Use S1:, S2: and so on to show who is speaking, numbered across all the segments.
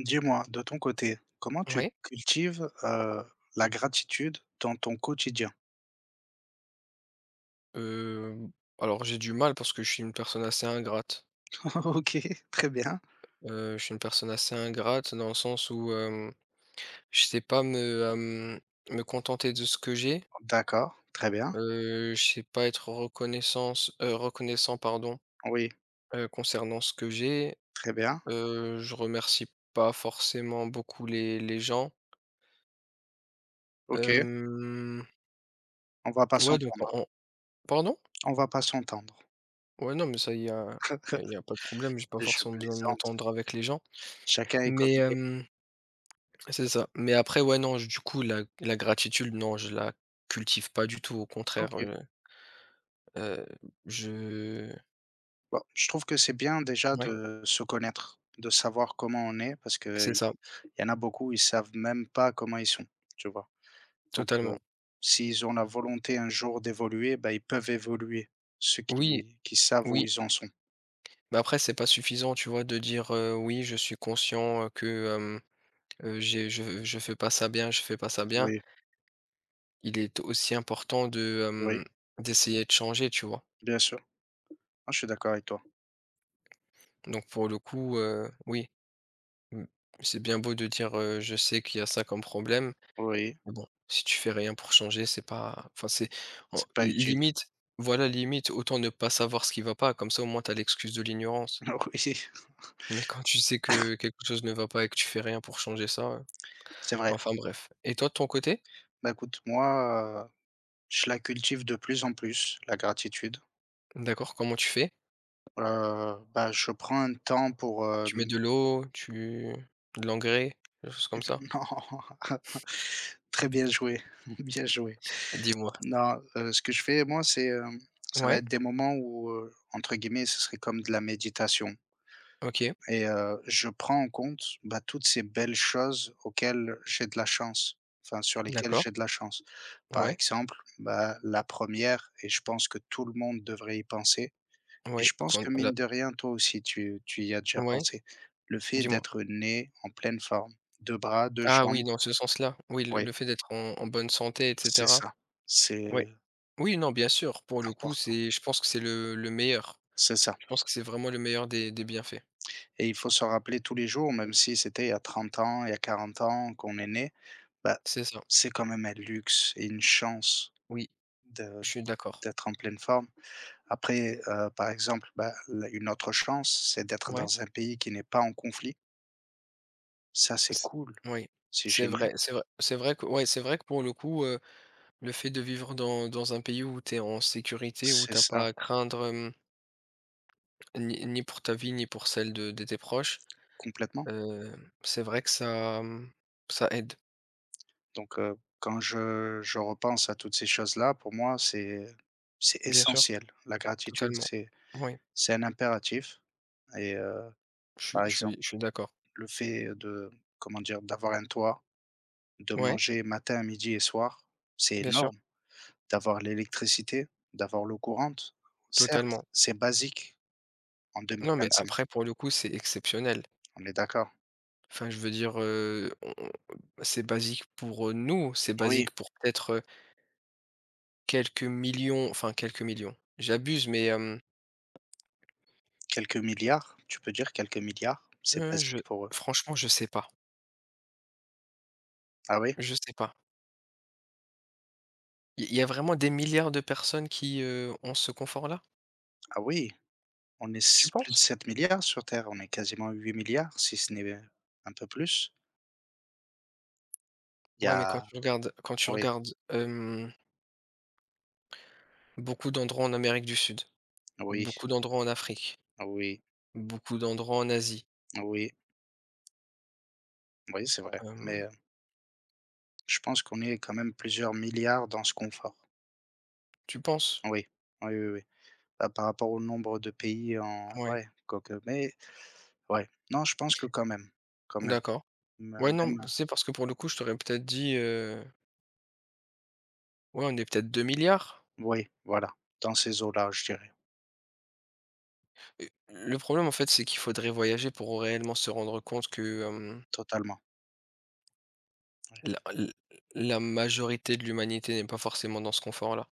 S1: Dis-moi, de ton côté, comment tu
S2: Ouais.
S1: cultives, la gratitude dans ton quotidien?
S2: Hem, alors j'ai du mal parce que je suis une personne assez ingrate.
S1: OK, très bien.
S2: Je suis une personne assez ingrate dans le sens où, je sais pas me contenter de ce que j'ai.
S1: D'accord, très bien.
S2: Je sais pas être reconnaissance reconnaissant pardon,
S1: Oui,
S2: concernant ce que j'ai.
S1: très bien.
S2: Je remercie pas forcément beaucoup les gens.
S1: OK,
S2: Hem,
S1: on va pas
S2: ouais donc
S1: s'entendre.
S2: en pardon?
S1: On va pas s'entendre.
S2: Ouais non mais ça il y a y a pas de problème, j'ai pas
S1: Je
S2: forcément besoin de
S1: plaisante.
S2: m'entendre avec les gens.
S1: Chacun est comme
S2: Mais,
S1: il est.
S2: c'est ça. Mais après, ouais, non, du coup, la gratitude, non, je la cultive pas du tout. Au contraire,
S1: OK.
S2: euh, je.
S1: Bon, je trouve que c'est bien déjà
S2: Ouais,
S1: de se connaître, de savoir comment on est parce
S2: c'est
S1: qu'il
S2: ça,
S1: y en a beaucoup, ils savent même pas comment ils sont, tu vois? Donc,
S2: totalement.
S1: s'ils ont la volonté un jour d'évoluer, bah, ils peuvent évoluer, ceux
S2: Oui,
S1: qui savent où
S2: oui.
S1: ils en sont.
S2: Mais après, c'est pas suffisant, tu vois, de dire oui, je suis conscient que je fais pas ça bien, je fais pas ça bien.
S1: Oui,
S2: Il est aussi important de
S1: oui,
S2: d'essayer de changer, tu vois.
S1: bien sûr. Ah, je suis d'accord avec toi.
S2: Donc, pour le coup, oui, m- c'est bien beau de dire je sais qu'il y a ça comme problème.
S1: Oui,
S2: Mais bon, si tu fais rien pour changer, c'est pas enfin c'est en
S1: c'est pas utile.
S2: limite voilà, limite autant ne pas savoir ce qui va pas, comme ça au moins t'as l'excuse de l'ignorance.
S1: Oui,
S2: Mais quand tu sais que quelque chose ne va pas et que tu fais rien pour changer ça,
S1: c'est vrai.
S2: enfin bref. Et toi de ton côté?
S1: Bah, écoute, moi, je la cultive de plus en plus, la gratitude.
S2: D'accord, comment tu fais?
S1: Bah, je prends un temps pour,
S2: Tu mets de l'eau, tu de l'engrais, des choses comme ça?
S1: non, très bien joué, bien joué.
S2: Dis-moi.
S1: Non, ce que je fais moi, c'est, ça va
S2: Ouais,
S1: être des moments où, entre guillemets, ce serait comme de la méditation.
S2: OK,
S1: Et je prends en compte, bah, toutes ces belles choses auxquelles j'ai de la chance, enfin sur lesquelles
S2: d'accord,
S1: j'ai de la chance. Par
S2: ouais,
S1: exemple, bah, la première, et je pense que tout le monde devrait y penser et
S2: ouais
S1: je pense
S2: qu'on
S1: que
S2: la
S1: mine de rien, toi aussi tu y as déjà
S2: ouais,
S1: pensé. Le fait
S2: dis-moi.
S1: d'être né en pleine forme, 2 bras, 2
S2: Ah
S1: jambes,
S2: oui, dans ce sens-là, oui, le
S1: oui,
S2: le fait d'être en bonne santé et
S1: c'est
S2: cetera.
S1: ça, c'est
S2: Ouais. Oui, non, bien sûr, pour le coup,
S1: important,
S2: c'est je pense que c'est le meilleur.
S1: c'est ça.
S2: Je pense que c'est vraiment le meilleur des bienfaits.
S1: Et il faut se rappeler tous les jours, même si c'était il y a 30 ans, il y a 40 ans qu'on est né, bah,
S2: C'est ça.
S1: c'est quand même un luxe et une chance
S2: Oui,
S1: de
S2: je suis d'accord.
S1: d'être en pleine forme. Après, par exemple, bah, la une autre chance, c'est d'être
S2: Ouais,
S1: dans un pays qui n'est pas en conflit. Ça, c'est
S2: c
S1: cool,
S2: oui,
S1: c'est
S2: c'est
S1: génial.
S2: vrai, c'est vrai que ouais, c'est vrai que pour le coup, le fait de vivre dans un pays où tu es en sécurité, où
S1: C'est
S2: t'as pas
S1: ça,
S2: à craindre, ni pour ta vie, ni pour celle de tes proches,
S1: complètement.
S2: heu, c'est vrai que ça, ça aide.
S1: Donc quand je repense à toutes ces choses-là, pour moi, c'est
S2: Bien sûr,
S1: essentiel. La gratitude,
S2: totalement. Oui,
S1: c'est un impératif et par exemple.
S2: je suis d'accord.
S1: Le fait de comment dire? D'avoir un toit, de
S2: Ouais,
S1: manger matin, midi et soir, c'est
S2: bien sûr,
S1: énorme. D'avoir l'électricité, d'avoir l'eau courante. Certes,
S2: totalement.
S1: c'est basique en
S2: Non, mais
S1: 2025,
S2: après, pour le coup, c'est exceptionnel.
S1: on est d'accord?
S2: Enfin, je veux dire, on c'est basique pour, nous, c'est
S1: Oui,
S2: basique pour peut-être, quelques millions enfin quelques millions, j'abuse, mais hem,
S1: quelques milliards, tu peux dire quelques milliards, c'est
S2: je
S1: basique pour eux.
S2: franchement, je sais pas,
S1: Ah oui?
S2: je sais pas. Il y a vraiment des milliards de personnes qui, ont ce confort-là,
S1: Ah oui, on est
S2: tu
S1: s plus de
S2: penses?
S1: 7 milliards sur terre, on est quasiment 8 milliards si ce n'est un peu plus. Il y
S2: Ouais, mais
S1: a
S2: quand tu
S1: oui,
S2: regardes, beaucoup d'endroits en Amérique du Sud,
S1: oui,
S2: beaucoup d'endroits en Afrique,
S1: oui,
S2: beaucoup d'endroits en Asie,
S1: oui, oui, c'est vrai, mais,
S2: hem,
S1: je pense qu'on est quand même plusieurs milliards dans ce confort.
S2: tu penses?
S1: Oui, oui, oui, oui. Bah, par rapport au nombre de pays en
S2: Ouais,
S1: ouais, quoique, mais ouais. Non, je pense que quand même,
S2: d'accord.
S1: me
S2: Ouais, non,
S1: même,
S2: c'est parce que pour le coup, je t'aurais peut-être dit, ouais, on est peut-être 2 milliards.
S1: oui, voilà, dans ces eaux-là, je dirais,
S2: Et le problème, en fait, c'est qu'il faudrait voyager pour réellement se rendre compte que, hem,
S1: totalement, ouais.
S2: la l la majorité de l'humanité n'est pas forcément dans ce confort-là.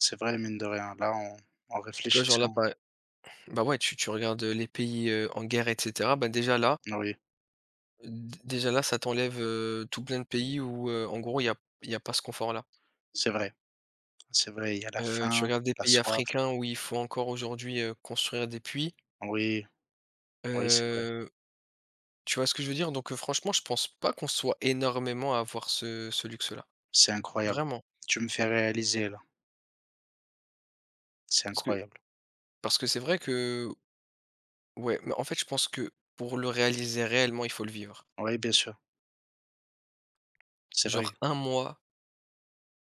S1: C'est vrai, mine de rien, là, en en
S2: Tu vois, genre, là,
S1: réfléchissant,
S2: bah, ouais, tu regardes, les pays, en guerre et cetera, bah,
S1: oui,
S2: déjà là, ça t'enlève, tout plein de pays où, en gros, il y a pas ce confort-là.
S1: c'est vrai, c'est vrai, il y a la
S2: Tu
S1: faim,
S2: regardes des
S1: la
S2: pays
S1: soif,
S2: africains où il faut encore aujourd'hui, construire des puits.
S1: oui, oui, c'est vrai,
S2: Heu Tu vois ce que je veux dire? Donc, franchement, je pense pas qu'on soit énormément à avoir ce luxe-là.
S1: c'est incroyable.
S2: Vraiment.
S1: Tu me fais réaliser, là, c'est
S2: Parce que
S1: incroyable.
S2: Parce que c'est vrai que ouais, mais en fait, je pense que pour le réaliser réellement, il faut le vivre.
S1: Oui, bien sûr, c'est
S2: Genre
S1: vrai,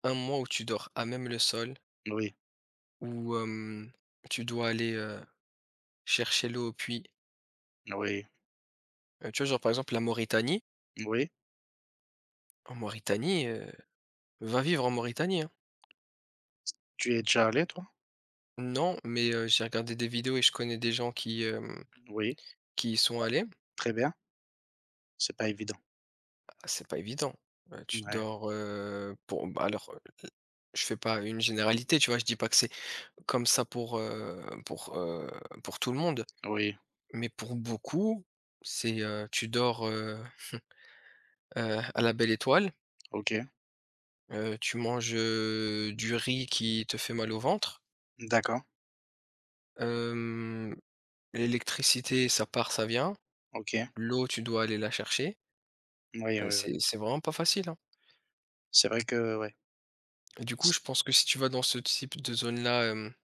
S2: un mois où tu dors à même le sol,
S1: oui,
S2: où, tu dois aller, chercher l'eau au puits.
S1: oui,
S2: Tu vois, genre, par exemple, la Mauritanie.
S1: oui.
S2: En Mauritanie, va vivre en Mauritanie, hein.
S1: Tu y es déjà allé, toi?
S2: Non, mais, j'ai regardé des vidéos et je connais des gens
S1: Oui,
S2: qui y sont allés.
S1: très bien, c'est pas évident,
S2: Ah, c'est pas évident. Tu
S1: ouais.
S2: dors, pour bah, alors, je fais pas une généralité, tu vois? Je dis pas que c'est comme ça pour tout le monde,
S1: Oui,
S2: mais pour beaucoup, tu dors, à la belle étoile,
S1: OK.
S2: tu manges, du riz qui te fait mal au ventre,
S1: D'accord,
S2: hem, l'électricité, ça part, ça vient,
S1: OK.
S2: l'eau, tu dois aller la chercher,
S1: Oui, oui, oui.
S2: c'est vraiment pas facile, hein.
S1: C'est vrai que ouais.
S2: Et du coup, je
S1: C
S2: pense que si tu vas dans ce type de zone-là,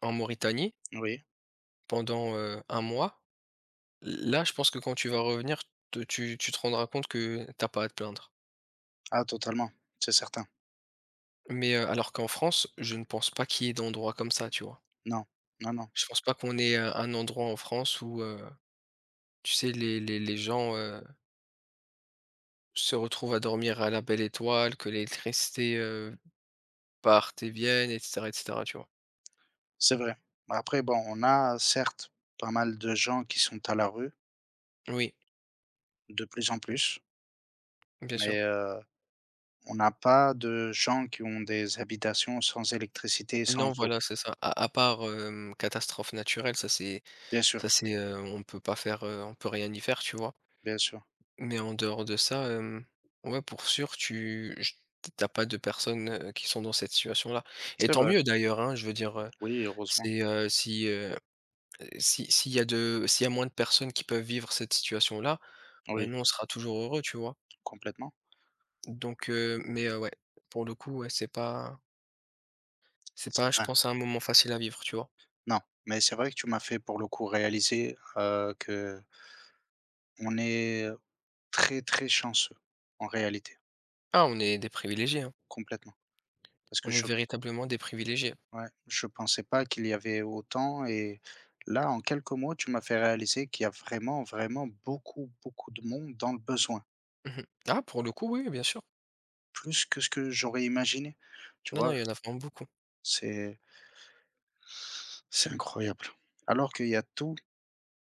S2: en Mauritanie
S1: oui.
S2: pendant, 1 mois, là, je pense que quand tu vas revenir, te tu tu te rendras compte que t'as pas à te plaindre.
S1: Ah totalement, c'est certain.
S2: Mais, alors qu'en France, je ne pense pas qu'il y ait d'endroits comme ça, tu vois?
S1: Non, non, non,
S2: Je pense pas qu'on ait un endroit en France où, tu sais, les gens, se retrouvent à dormir à la belle étoile, que l'électricité, parte et vienne et cetera, tu vois?
S1: c'est vrai. Après bon, on a certes pas mal de gens qui sont à la rue,
S2: Oui,
S1: de plus en plus,
S2: bien sûr.
S1: mais on n'a pas de gens qui ont des habitations sans électricité et sans
S2: Non,
S1: eau.
S2: voilà, c'est ça. À part, catastrophe naturelle,
S1: Bien sûr,
S2: ça c'est, on peut rien y faire, tu vois?
S1: bien sûr.
S2: Mais en dehors de ça, ouais, pour sûr, tu pas de personnes, qui sont dans cette situation-là et
S1: C'est
S2: tant
S1: vrai.
S2: mieux d'ailleurs, hein. Je veux dire,
S1: Oui, heureusement.
S2: si, s'il y a moins de personnes qui peuvent vivre cette situation-là,
S1: Oui,
S2: nous, on sera toujours heureux, tu vois?
S1: complètement.
S2: Donc mais ouais, pour le coup, ouais, c'est
S1: C'est
S2: pas, je
S1: vrai.
S2: pense, un moment facile à vivre, tu vois?
S1: Non, mais c'est vrai que tu m'as fait pour le coup réaliser, que on est très, très chanceux, en réalité,
S2: Ah, on est des privilégiés, hein.
S1: complètement. Parce que
S2: On est
S1: je
S2: véritablement des privilégiés.
S1: ouais, je pensais pas qu'il y avait autant et là, en quelques mots, tu m'as fait réaliser qu'il y a vraiment, vraiment beaucoup, beaucoup de monde dans le besoin,
S2: Mmh. Ah, pour le coup, oui, oui, bien sûr.
S1: plus que ce que j'aurais imaginé. Tu
S2: Non, non,
S1: vois?
S2: il y
S1: Je
S2: en a vraiment beaucoup.
S1: c'est c'est incroyable. Alors qu'il y a tout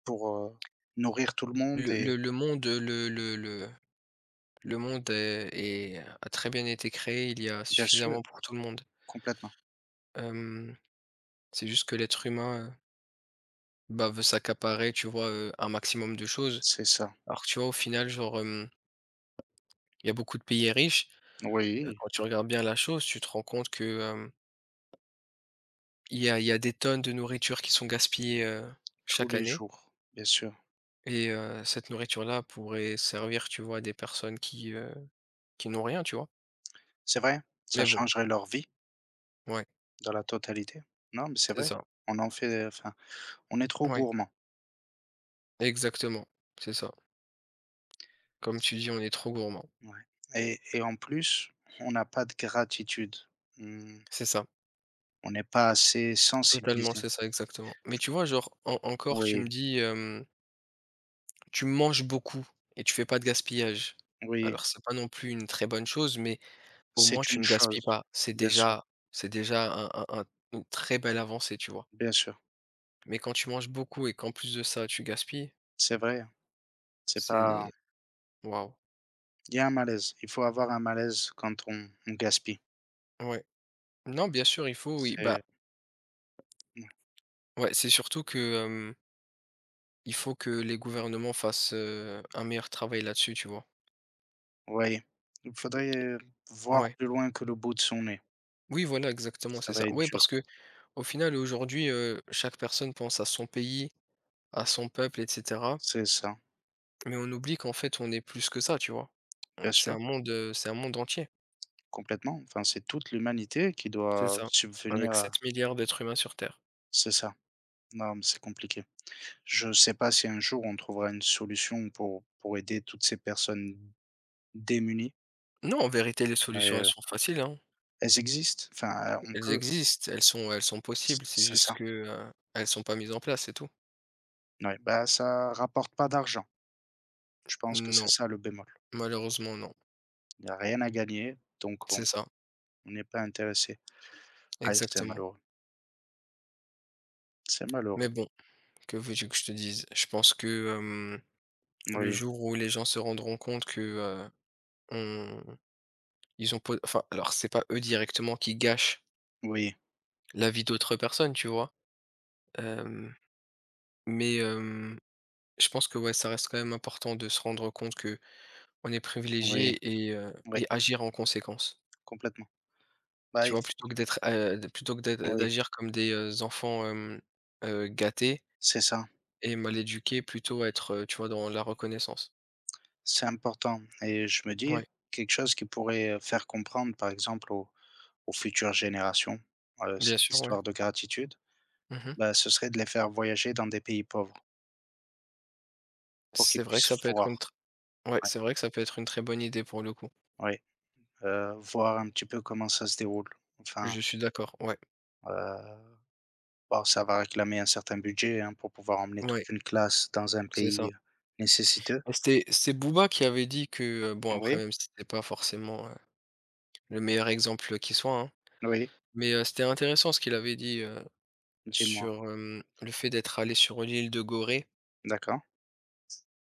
S1: pour, nourrir tout le monde et
S2: Le monde, le monde est est a très bien été créé, il y a
S1: bien sûr,
S2: suffisamment pour tout le monde.
S1: complètement,
S2: Hem, c'est juste que l'être humain, bah, veut s'accaparer, tu vois, un maximum de choses.
S1: c'est ça.
S2: Alors que tu vois, au final, genre, il y a beaucoup de pays riches,
S1: Oui,
S2: quand tu regardes bien la chose, tu te rends compte que, il y a des tonnes de nourriture qui sont gaspillées,
S1: tous
S2: chaque
S1: les
S2: année
S1: jours, bien sûr.
S2: et cette nourriture-là pourrait servir, tu vois, à des personnes qui n'ont rien, tu vois?
S1: C'est vrai, ça
S2: Mais bon,
S1: changerait leur vie.
S2: ouais,
S1: Dans la totalité. Non, mais c'est
S2: c'est
S1: vrai.
S2: ça.
S1: On en fait, enfin, on est trop
S2: Ouais,
S1: gourmand.
S2: exactement, c'est ça. Comme tu dis, on est trop gourmand.
S1: Ouais et en plus, on n'a pas de gratitude. Mmh,
S2: C'est ça,
S1: on n'est pas assez
S2: totalement,
S1: sensibilisé.
S2: c'est ça, exactement. Mais tu vois, genre, en encore, tu
S1: Oui,
S2: me dis, tu manges beaucoup et tu fais pas de gaspillage.
S1: oui,
S2: Alors, c'est pas non plus une très bonne chose, mais au moins
S1: c'est
S2: tu
S1: une
S2: ne gaspilles
S1: chose.
S2: pas.
S1: Bien sûr,
S2: C'est déjà un une très belle avancée, tu vois?
S1: bien sûr.
S2: Mais quand tu manges beaucoup et qu'en plus de ça, tu gaspilles,
S1: C'est vrai, hein. C'est pas
S2: c'est waouh!
S1: il y a un malaise. Il faut avoir un malaise quand on gaspille.
S2: Ouais. Non, bien sûr, il faut, oui, bah,
S1: C'est ouais.
S2: ouais, c'est surtout que, il faut que les gouvernements fassent, un meilleur travail là-dessus, tu vois?
S1: Oui, il faudrait voir
S2: Ouais.
S1: plus loin que le bout de son nez.
S2: Oui, voilà, exactement,
S1: Ça
S2: c'est ça.
S1: va être
S2: Oui,
S1: dur.
S2: parce que Au final, aujourd'hui, chaque personne pense à son pays, à son peuple, et cetera,
S1: C'est ça,
S2: mais on oublie qu'en fait, on est plus que ça, tu vois? On
S1: bien
S2: C'est
S1: sûr.
S2: un monde, c'est un monde entier.
S1: Complètement, enfin, c'est toute l'humanité qui
S2: C'est
S1: doit
S2: ça,
S1: subvenir
S2: avec sept
S1: à
S2: milliards d'êtres humains sur terre.
S1: c'est ça. Non, mais c'est compliqué. Je ne sais pas si un jour on trouvera une solution pour aider toutes ces personnes démunies,
S2: Non, en vérité, les
S1: mais,
S2: solutions, elles
S1: heu,
S2: sont faciles, hein.
S1: elles existent, enfin, on
S2: Elles
S1: peut,
S2: existent, elles sont
S1: c
S2: possibles, c'est
S1: c'est
S2: juste
S1: ça.
S2: que, elles sont pas mises en place, c'est tout.
S1: Ouais, bah, ça rapporte pas d'argent. Je pense que c'est
S2: Non,
S1: ça le bémol.
S2: malheureusement, non.
S1: Il n'y a rien à gagner, donc
S2: C'est
S1: on
S2: ça,
S1: n'est pas intéressé. Ah, c'est
S2: exactement.
S1: malheureux, c'est
S2: Mais
S1: malheureux.
S2: bon, que veux-tu que je te dise? Je pense que, le
S1: Oui,
S2: jour où les gens se rendront compte que, on Ils ont po enfin, alors c'est pas eux directement qui gâchent
S1: oui,
S2: la vie d'autres personnes, tu vois? Hem, mais hem, je pense que ouais, ça reste quand même important de se rendre compte que on est
S1: oui,
S2: privilégié
S1: oui,
S2: et agir en conséquence.
S1: complètement. Bah,
S2: Tu
S1: il
S2: vois?
S1: faut
S2: Plutôt que
S1: oui,
S2: d'agir comme des, enfants, gâtés
S1: c'est ça.
S2: et mal éduqués, plutôt être, tu vois, dans la reconnaissance.
S1: C'est important et je me dis,
S2: Ouais,
S1: quelque chose qui pourrait, faire comprendre, par exemple, aux aux futures générations,
S2: bien
S1: cette
S2: sûr, ouais.
S1: histoire de gratitude,
S2: Mmh.
S1: bah, ce serait de les faire voyager dans des pays pauvres pour qu'ils
S2: C'est vrai que ça
S1: puissent
S2: peut être une
S1: voir,
S2: tr Ouais, c'est vrai que ça peut être une très bonne idée pour le coup.
S1: oui, voir un petit peu comment ça se déroule. Enfin,
S2: Je suis d'accord, ouais,
S1: heu, bon, ça va réclamer un certain budget, hein, pour pouvoir emmener
S2: ouais,
S1: toute une classe dans un
S2: c'est
S1: pays,
S2: ça.
S1: nécessiteux.
S2: C'est Booba qui avait dit que, bon après
S1: Oui,
S2: même si c'était pas forcément, le meilleur exemple qui soit, hein,
S1: oui,
S2: mais, c'était intéressant ce qu'il avait dit,
S1: dis-moi.
S2: sur, le fait d'être allé sur l'île de Gorée.
S1: D'accord.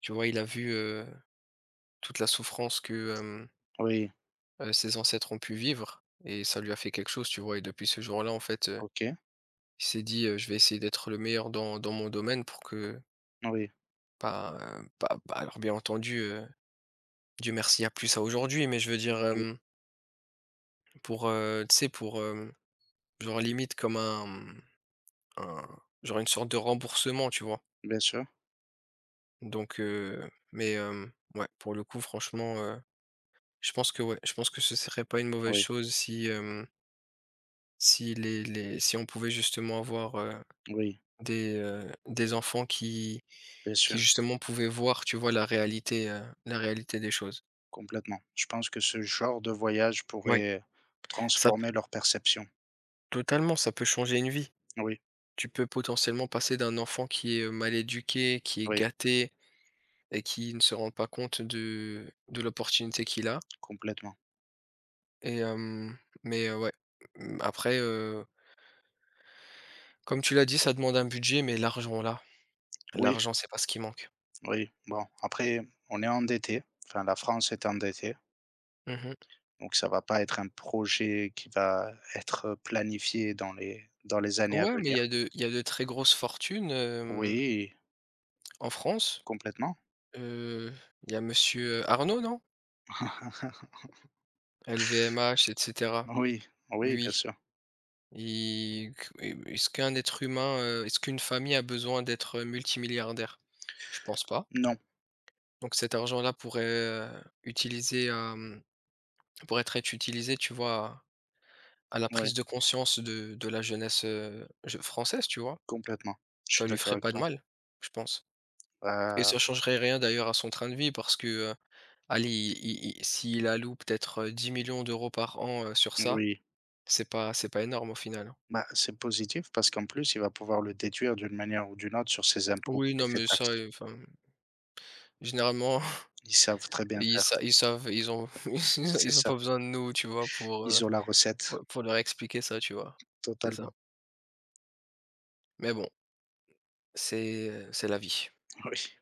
S2: Tu vois? Il a vu, toute la souffrance que,
S1: Oui,
S2: ses ancêtres ont pu vivre et ça lui a fait quelque chose, tu vois? Et depuis ce jour-là, en fait,
S1: OK.
S2: il s'est dit: «Je vais essayer d'être le meilleur dans mon domaine pour que»
S1: Oui,
S2: pas alors bien entendu, Dieu merci, il n'y a plus ça aujourd'hui, mais je veux dire,
S1: oui,
S2: tu sais, pour, hem Genre limite comme un genre une sorte de remboursement, tu vois?
S1: bien sûr.
S2: Donc ouais, pour le coup, franchement, je pense que ouais, je pense que ce serait pas une mauvaise
S1: Oui,
S2: chose si, hem, si les les si on pouvait justement avoir,
S1: oui,
S2: des enfants
S1: bien
S2: qui
S1: sûr.
S2: justement pouvaient voir, tu vois, la réalité, des choses.
S1: Complètement. Je pense que ce genre de voyage
S2: Ouais,
S1: pourrait
S2: ça peut
S1: transformer leur perception.
S2: totalement, ça peut changer une vie.
S1: Oui,
S2: Tu peux potentiellement passer d'un enfant qui est, mal éduqué, qui est
S1: oui,
S2: gâté et qui ne se rend pas compte de l'opportunité qu'il a
S1: complètement.
S2: et hem, mais ouais, mmh, après, comme tu l'as dit, ça demande un budget, mais
S1: Oui,
S2: l'argent, c'est pas ce qui manque.
S1: oui. Bon, après, on est endetté. Enfin, la France est endettée.
S2: Mmh.
S1: Donc, ça va pas être un projet qui va être planifié dans les années à
S2: Ouais, mais
S1: venir.
S2: il y a de très grosses fortunes,
S1: Oui,
S2: en France.
S1: complètement.
S2: Heu, il y a Monsieur Arnaud, non? LVMH et cetera.
S1: Oui, oui, bien
S2: Lui,
S1: sûr.
S2: il est ce qu'un être humain, est-ce qu'une famille a besoin d'être, multimilliardaire? Je pense pas.
S1: Non,
S2: Donc cet argent-là pourrait, utiliser à, mmh pour être utilisé, tu vois, à la prise
S1: oui,
S2: de conscience de la jeunesse, je française, tu vois?
S1: complètement. Je suis
S2: Ça lui
S1: d'accord
S2: ferait
S1: avec
S2: pas de
S1: toi.
S2: mal, je pense et ça
S1: Bah,
S2: changerait rien d'ailleurs à son train de vie parce que, heu, allez, i i i s'il alloue peut-être, 10 millions d'euros par an, sur ça,
S1: oui.
S2: c'est pas énorme au final, hein.
S1: Bah, c'est positif parce qu'en plus, il va pouvoir le déduire d'une manière ou d'une autre sur ses impôts
S2: Oui,
S1: et
S2: non,
S1: ses
S2: mais ça,
S1: taxes.
S2: enfin, généralement,
S1: Ils savent très bien faire.
S2: ils savent, ils ont
S1: C'est
S2: ils ont
S1: ça.
S2: pas besoin de nous, tu vois,
S1: Ils ont la recette,
S2: pour leur expliquer ça, tu vois? C'est ça.
S1: totalement.
S2: Mais bon, c'est la vie.
S1: Oui.